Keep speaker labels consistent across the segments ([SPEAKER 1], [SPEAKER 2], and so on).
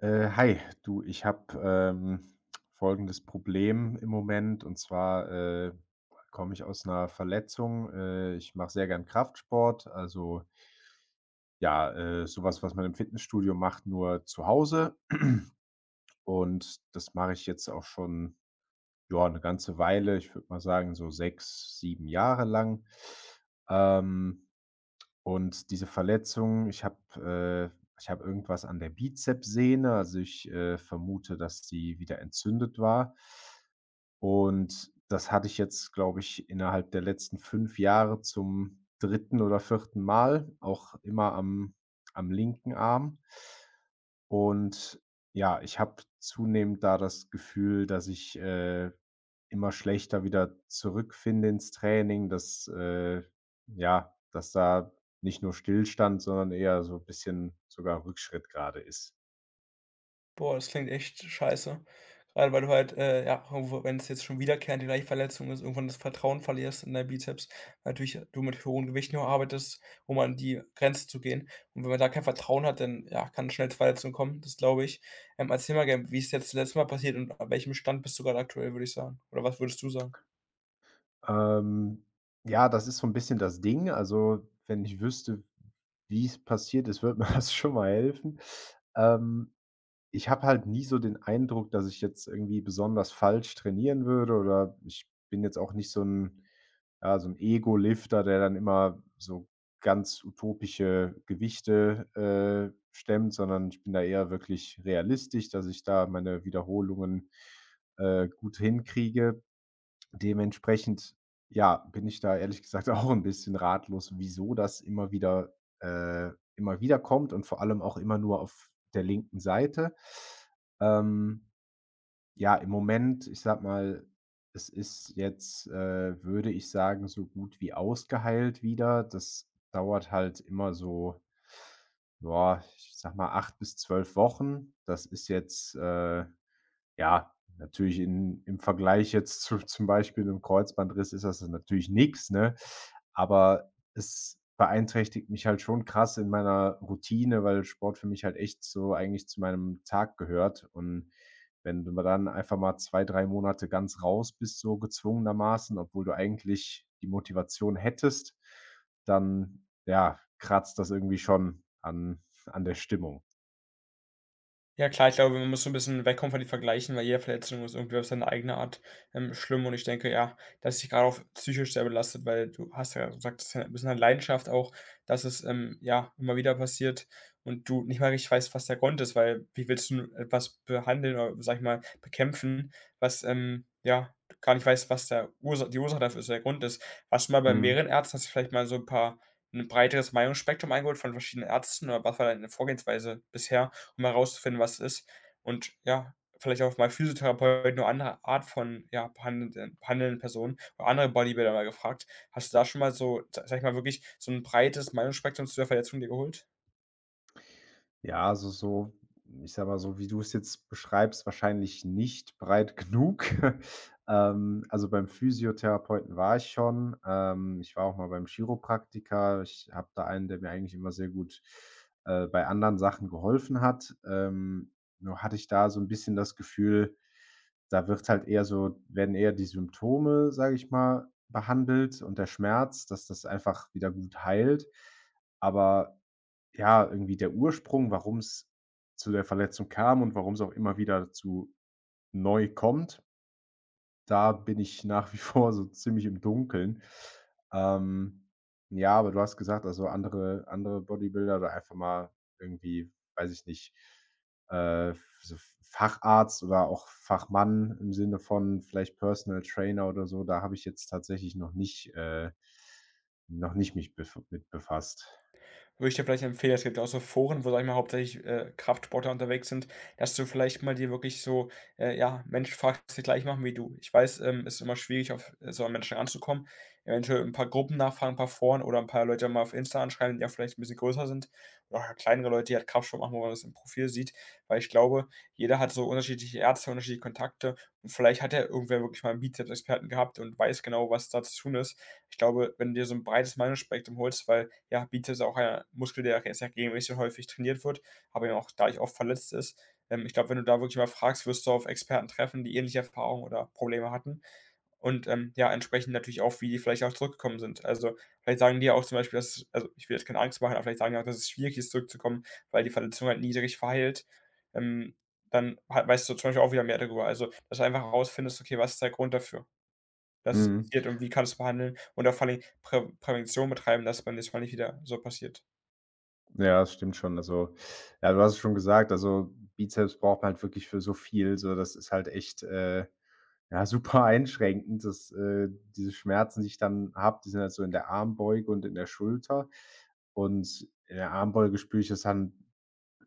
[SPEAKER 1] Hi, du, ich habe folgendes Problem im Moment und zwar komme ich aus einer Verletzung. Ich mache sehr gern Kraftsport, also ja, so was, man im Fitnessstudio macht, nur zu Hause, und das mache ich jetzt auch schon, ja, eine ganze Weile. Ich würde mal sagen, so 6, 7 Jahre lang. Ähm Und diese Verletzung, ich habe irgendwas an der Bizepssehne, also ich, vermute, dass die wieder entzündet war. Und das hatte ich jetzt, glaube ich, innerhalb der letzten 5 Jahre zum dritten oder vierten Mal, auch immer am linken Arm. Und ja, ich habe zunehmend da das Gefühl, dass ich, immer schlechter wieder zurückfinde ins Training, ja, dass da nicht nur Stillstand, sondern eher so ein bisschen sogar Rückschritt gerade ist.
[SPEAKER 2] Boah, das klingt echt scheiße. Gerade weil du halt, ja, irgendwo wenn es jetzt schon wiederkehrend die gleiche Verletzung ist, irgendwann das Vertrauen verlierst in deinen Bizeps. Natürlich, du mit hohen Gewichten auch arbeitest, um an die Grenze zu gehen. Und wenn man da kein Vertrauen hat, dann, ja, kann schnell zu Verletzungen kommen, das glaube ich. Erzähl mal gerne, wie ist jetzt das letzte Mal passiert und an welchem Stand bist du gerade aktuell, würde ich sagen? Oder was würdest du sagen?
[SPEAKER 1] Ähm, ja, das ist so ein bisschen das Ding. Also, wenn ich wüsste, wie es passiert ist, würde mir das schon mal helfen. Ähm Ich habe halt nie so den Eindruck, dass ich jetzt irgendwie besonders falsch trainieren würde, oder ich bin jetzt auch nicht so 'n ja, so 'n Ego-Lifter, der dann immer so ganz utopische Gewichte, stemmt, sondern ich bin da eher wirklich realistisch, dass ich da meine Wiederholungen, gut hinkriege. Dementsprechend, ja, bin ich da ehrlich gesagt auch ein bisschen ratlos, wieso das immer wieder kommt, und vor allem auch immer nur auf der linken Seite. Ähm, ja, im Moment, ich sag mal, es ist jetzt, würde ich sagen, so gut wie ausgeheilt wieder. Das dauert halt immer so, ja, ich sag mal 8 bis 12 Wochen. Ja, natürlich in im Vergleich jetzt zu zum Beispiel einem Kreuzbandriss ist das natürlich nix, ne? Aber es beeinträchtigt mich halt schon krass in meiner Routine, weil Sport für mich halt echt so eigentlich zu meinem Tag gehört. Und wenn du mal dann einfach mal 2 3 Monate ganz raus bist, so gezwungenermaßen, obwohl du eigentlich die Motivation hättest, dann, ja, kratzt das irgendwie schon an der Stimmung.
[SPEAKER 2] Ja klar, ich glaube, man muss so 'n bisschen wegkommen von den Vergleichen, weil jede Verletzung ist irgendwie auf seine eigene Art, schlimm, und ich denke, ja, dass dich grade auch psychisch sehr belastet, weil du hast ja gesagt, das ist ja 'n bisschen eine Leidenschaft auch, dass es, ja, immer wieder passiert und du nicht mal richtig weißt, was der Grund ist, weil wie willst du 'n etwas behandeln oder, sage ich mal, bekämpfen, was, ja, gar nicht weißt, was der Ursa die Ursache dafür ist, der Grund ist. Warst du mal bei
[SPEAKER 1] Mhm.
[SPEAKER 2] mehreren Ärzten? Hast du vielleicht mal so 'n paar 'n breiteres Meinungsspektrum eingeholt von verschiedenen Ärzten oder was war deine Vorgehensweise bisher, um herauszufinden, was es ist? Und ja, vielleicht auch mal Physiotherapeuten oder andere Art von, ja, behandelnden Personen oder andere Bodybuilder mal gefragt. Hast du da schon mal so, sa sage ich mal, wirklich so ein breites Meinungsspektrum zu der Verletzung dir geholt?
[SPEAKER 1] Ja, also so, ich sage mal so, wie du es jetzt beschreibst, wahrscheinlich nicht breit genug. Also, beim Physiotherapeuten war ich schon. Ich war auch mal beim Chiropraktiker. Ich habe da einen, der mir eigentlich immer sehr gut, bei anderen Sachen geholfen hat. Nur hatte ich da so ein bisschen das Gefühl, da wird halt eher so, werden eher die Symptome, sage ich mal, behandelt und der Schmerz, dass das einfach wieder gut heilt. Aber ja, irgendwie der Ursprung, warum es zu der Verletzung kam und warum es auch immer wieder dazu neu kommt, da bin ich nach wie vor so ziemlich im Dunkeln. Ähm, ja, aber du hast gesagt, also, andere Bodybuilder oder einfach mal irgendwie, weiß ich nicht, äh, so Facharzt oder auch Fachmann im Sinne von vielleicht Personal Trainer oder so, da habe ich jetzt tatsächlich noch nicht mich bef mit befasst.
[SPEAKER 2] Würde ich dir vielleicht empfehlen, es gibt ja auch so Foren, wo, sage ich mal, hauptsächlich, Kraftsportler unterwegs sind, dass du vielleicht mal dir wirklich so, ja, Mensch fragst, die gleich machen wie du. Ich weiß, es ist immer schwierig, auf so an Menschen ranzukommen. Eventuell ein paar Gruppen nachfragen, ein paar Foren oder ein paar Leute mal auf Insta anschreiben, die ja vielleicht ein bisschen größer sind oder auch kleinere Leute, die halt Kraftsport machen, wo man das im Profil sieht. Weil ich glaube, jeder hat so unterschiedliche Ärzte, unterschiedliche Kontakte und vielleicht hat ja irgendwer wirklich mal 'n Bizepsexperten gehabt und weiß genau, was da zu tun ist. Ich glaube, wenn du dir so ein breites Meinungsspektrum holst, weil ja, Bizeps auch ein Muskel, der sehr regelmäßig und häufig trainiert wird, aber eben auch dadurch oft verletzt ist. Ich glaube, wenn du da wirklich mal fragst, wirst du auf Experten treffen, die ähnliche Erfahrungen oder Probleme hatten. Und ja, entsprechend natürlich auch, wie die vielleicht auch zurückgekommen sind. Also vielleicht sagen die ja auch zum Beispiel, dass, also ich will jetzt keine Angst machen, aber vielleicht sagen die auch, dass es schwierig ist, zurückzukommen, weil die Verletzung halt niedrig verheilt. Ähm, dann halt, weißt du zum Beispiel auch wieder mehr darüber. Also, dass du einfach herausfindest, okay, was ist der Grund dafür, dass es
[SPEAKER 1] Mhm.
[SPEAKER 2] passiert, und wie kannst du's behandeln und auch vor allem Prävention betreiben, dass es beim nächsten Mal nicht wieder so passiert.
[SPEAKER 1] Ja, das stimmt schon. Also, ja, du hast es schon gesagt, also Bizeps braucht man halt wirklich für so viel. So, das ist halt echt, ja, super einschränkend, dass diese Schmerzen, die ich dann habe, die sind halt so in der Armbeuge und in der Schulter. Und in der Armbeuge spüre ich das dann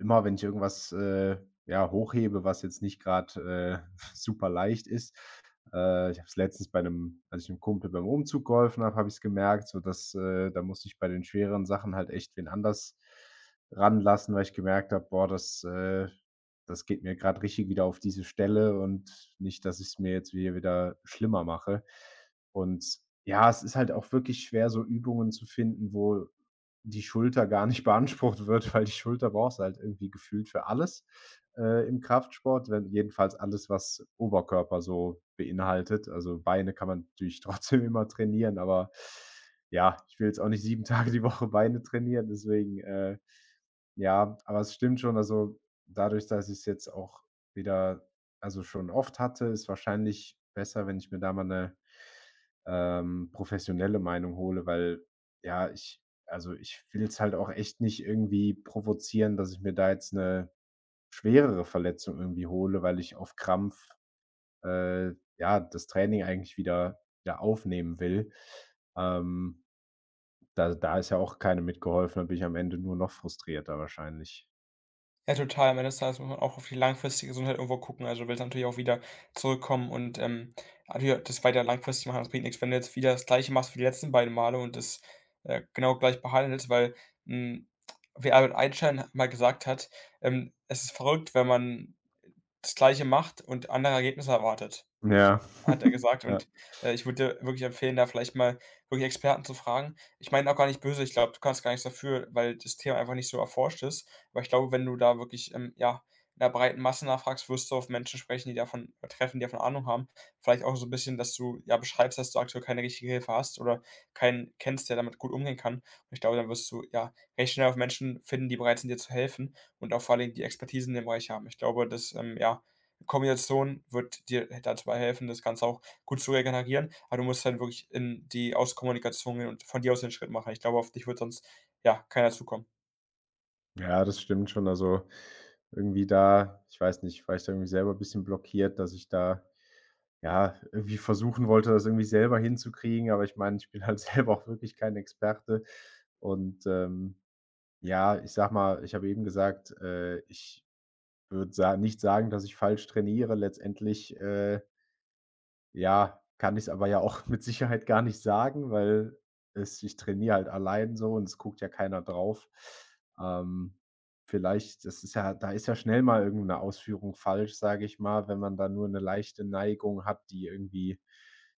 [SPEAKER 1] immer, wenn ich irgendwas, ja, hochhebe, was jetzt nicht gerade super leicht ist. Ich habe es letztens bei einem als ich einem Kumpel beim Umzug geholfen habe, habe ich's gemerkt, so dass da musste ich bei den schweren Sachen halt echt wen anders ranlassen, weil ich gemerkt habe: „Boah, das geht mir gerade richtig wieder auf diese Stelle, und nicht, dass ich's mir jetzt hier wieder schlimmer mache.“ Und ja, es ist halt auch wirklich schwer, so Übungen zu finden, wo die Schulter gar nicht beansprucht wird, weil die Schulter brauchst du halt irgendwie gefühlt für alles, im Kraftsport, wenn jedenfalls alles, was Oberkörper so beinhaltet. Also, Beine kann man natürlich trotzdem immer trainieren, aber ja, ich will jetzt auch nicht 7 Tage die Woche Beine trainieren, deswegen, ja, aber es stimmt schon, also, dadurch, dass ich es jetzt auch wieder, also, schon oft hatte, ist wahrscheinlich besser, wenn ich mir da mal eine professionelle Meinung hole, weil ja, ich, also, ich will es halt auch echt nicht irgendwie provozieren, dass ich mir da jetzt eine schwerere Verletzung irgendwie hole, weil ich auf Krampf, äh, ja, das Training eigentlich wieder aufnehmen will. Ähm, da ist ja auch keine mitgeholfen, da bin ich am Ende nur noch frustrierter wahrscheinlich.
[SPEAKER 2] Ja, total. Am Ende des Tages muss man auch auf die langfristige Gesundheit irgendwo gucken. Also, du willst natürlich auch wieder zurückkommen und, natürlich das weiter langfristig machen. Das bringt nix, wenn du jetzt wieder das Gleiche machst wie die letzten beiden Male und das, genau gleich behandelst, weil, hm, wie Albert Einstein mal gesagt hat, „Es ist verrückt, wenn man“ das Gleiche macht und andere Ergebnisse erwartet,
[SPEAKER 1] Ja.
[SPEAKER 2] hat er gesagt.
[SPEAKER 1] Ja.
[SPEAKER 2] Und, ich würde dir wirklich empfehlen, da vielleicht mal wirklich Experten zu fragen. Ich meine auch gar nicht böse, ich glaube, du kannst gar nichts dafür, weil das Thema einfach nicht so erforscht ist. Aber ich glaube, wenn du da wirklich, ja, in der breiten Masse nachfragst, wirst du auf Menschen sprechen, die davon treffen, die davon Ahnung haben. Vielleicht auch so ein bisschen, dass du, ja, beschreibst, dass du aktuell keine richtige Hilfe hast oder keinen kennst, der damit gut umgehen kann. Und ich glaube, dann wirst du, ja, recht schnell auf Menschen finden, die bereit sind, dir zu helfen und auch vor allen die Expertise in dem Bereich haben. Ich glaube, dass, ja, Kombination wird dir dazu helfen, das Ganze auch gut zu regenerieren, aber du musst dann wirklich in die Auskommunikation gehen und von dir aus den Schritt machen. Ich glaube, auf dich wird sonst, ja, keiner zukommen.
[SPEAKER 1] Ja, das stimmt schon. Also, irgendwie da, ich weiß nicht, war ich da irgendwie selber ein bisschen blockiert, dass ich da, ja, irgendwie versuchen wollte, das irgendwie selber hinzukriegen. Aber ich meine, ich bin halt selber auch wirklich kein Experte. Und, ja, ich sag mal, ich habe eben gesagt, ich würde sa nicht sagen, dass ich falsch trainiere. Letztendlich, ja, kann ich aber ja auch mit Sicherheit gar nicht sagen, weil es ich trainiere halt allein so, und es guckt ja keiner drauf. Ähm, vielleicht, das ist ja da ist ja schnell mal irgend 'ne Ausführung falsch, sage ich mal. Wenn man da nur 'ne leichte Neigung hat, die irgendwie,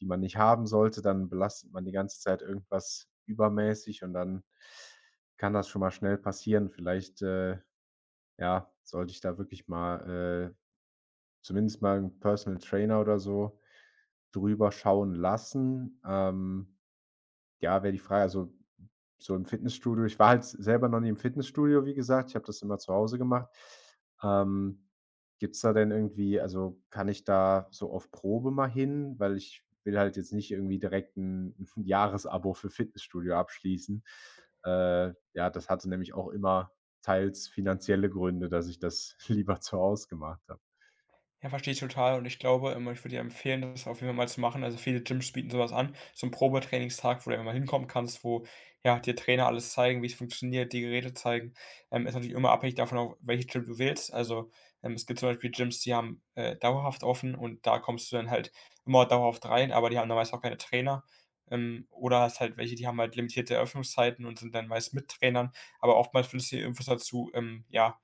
[SPEAKER 1] die man nicht haben sollte, dann belastet man die ganze Zeit irgendwas übermäßig, und dann kann das schon mal schnell passieren. Vielleicht, ja, sollte ich da wirklich mal, zumindest mal 'n Personal Trainer oder so drüber schauen lassen. Ja, wäre die Frage, also, so im Fitnessstudio, ich war halt selber noch nie im Fitnessstudio, wie gesagt. Ich habe das immer zu Hause gemacht. Ähm, gibt's da denn irgendwie, also, kann ich da so auf Probe mal hin? Weil ich will halt jetzt nicht irgendwie direkt ein 'n Jahresabo für Fitnessstudio abschließen. Ja, das hatte nämlich auch immer teils finanzielle Gründe, dass ich das lieber zu Hause gemacht habe.
[SPEAKER 2] Ja, verstehe ich total, und ich glaube, ich würde dir empfehlen, das auf jeden Fall mal zu machen. Also, viele Gyms bieten sowas an, so 'n Probetrainingstag, wo du einfach mal hinkommen kannst, wo, ja, dir Trainer alles zeigen, wie's funktioniert, die Geräte zeigen. Ist natürlich immer abhängig davon, auf welches Gym du wählst. Also, es gibt zum Beispiel Gyms, die haben, dauerhaft offen, und da kommst du dann halt immer dauerhaft rein, aber die haben dann meist auch keine Trainer. Oder hast halt welche, die haben halt limitierte Öffnungszeiten und sind dann meist mit Trainern, aber oftmals findest du hier Infos dazu, ja,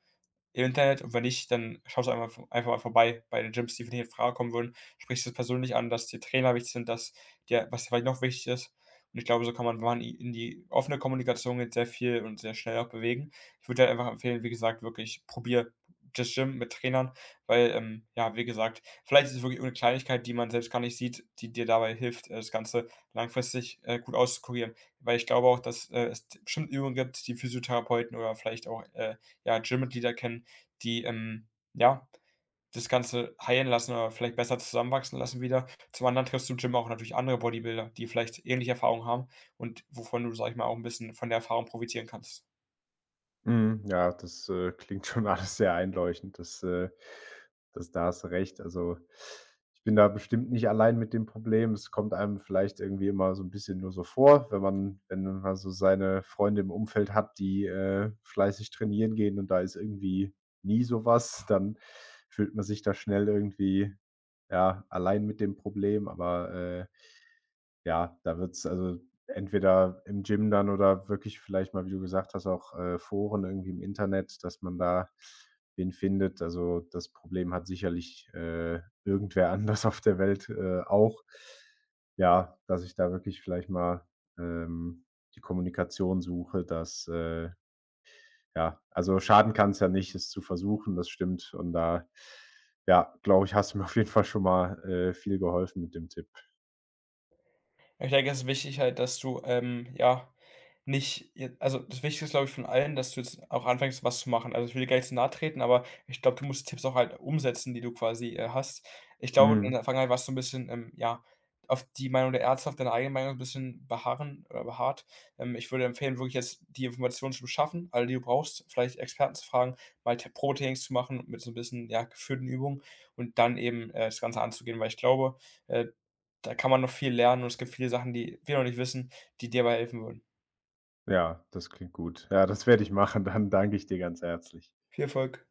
[SPEAKER 2] im Internet, und wenn nicht, dann schaust du einfach mal vorbei bei den Gyms, die für dich in Frage kommen würden. Sprichst es persönlich an, dass die Trainer wichtig sind, dass dir was vielleicht noch wichtig ist. Und ich glaube, so kann man, wenn man in die offene Kommunikation geht, sehr viel und sehr schnell auch bewegen. Ich würde halt einfach empfehlen, wie gesagt, wirklich probier das Gym mit Trainern, weil, ja, wie gesagt, vielleicht ist es wirklich eine Kleinigkeit, die man selbst gar nicht sieht, die dir dabei hilft, das Ganze langfristig, gut auszukurieren. Weil ich glaube auch, dass, es bestimmt Übungen gibt, die Physiotherapeuten oder vielleicht auch, ja, Gym-Mitglieder kennen, die, ja, das Ganze heilen lassen oder vielleicht besser zusammenwachsen lassen wieder. Zum anderen triffst du im Gym auch natürlich andere Bodybuilder, die vielleicht ähnliche Erfahrungen haben, und wovon du, sage ich mal, auch ein bisschen von der Erfahrung profitieren kannst.
[SPEAKER 1] Mhm, ja, das, klingt schon alles sehr einleuchtend. Das, da hast du recht. Also, ich bin da bestimmt nicht allein mit dem Problem. Es kommt einem vielleicht irgendwie immer so ein bisschen nur so vor, wenn man, so seine Freunde im Umfeld hat, die, fleißig trainieren gehen und da ist irgendwie nie sowas, dann fühlt man sich da schnell irgendwie, ja, allein mit dem Problem. Aber, ja, da wird's, also, entweder im Gym dann oder wirklich vielleicht mal, wie du gesagt hast, auch, Foren irgendwie im Internet, dass man da wen findet. Also, das Problem hat sicherlich, irgendwer anders auf der Welt, auch. Ja, dass ich da wirklich vielleicht mal, ähm, die Kommunikation suche, ja, also schaden kann es ja nicht, es zu versuchen, das stimmt. Und da, ja, glaube ich, hast du mir auf jeden Fall schon mal, viel geholfen mit dem Tipp.
[SPEAKER 2] Ich denke, es ist wichtig halt, dass du, ja, nicht je also, das Wichtigste ist, glaube ich, von allen, dass du jetzt auch anfängst, was zu machen. Also, ich will dir gar nicht zu nahe treten, aber ich glaube, du musst die Tipps auch halt umsetzen, die du quasi, hast. Ich glaube, in
[SPEAKER 1] Mhm.
[SPEAKER 2] der Vergangenheit warst du 'n bisschen, ja, auf die Meinung der Ärzte, auf deine eigene Meinung ein bisschen beharren oder beharrt. Ich würde empfehlen, wirklich jetzt die Informationen zu beschaffen, alle, die du brauchst, vielleicht Experten zu fragen, mal T Probetrainings zu machen mit so ein bisschen, ja, geführten Übungen und dann eben, das Ganze anzugehen, weil ich glaube, äh da kann man noch viel lernen, und es gibt viele Sachen, die wir noch nicht wissen, die dir dabei helfen würden.
[SPEAKER 1] Ja, das klingt gut. Ja, das werde ich machen. Dann danke ich dir ganz herzlich.
[SPEAKER 2] Viel Erfolg.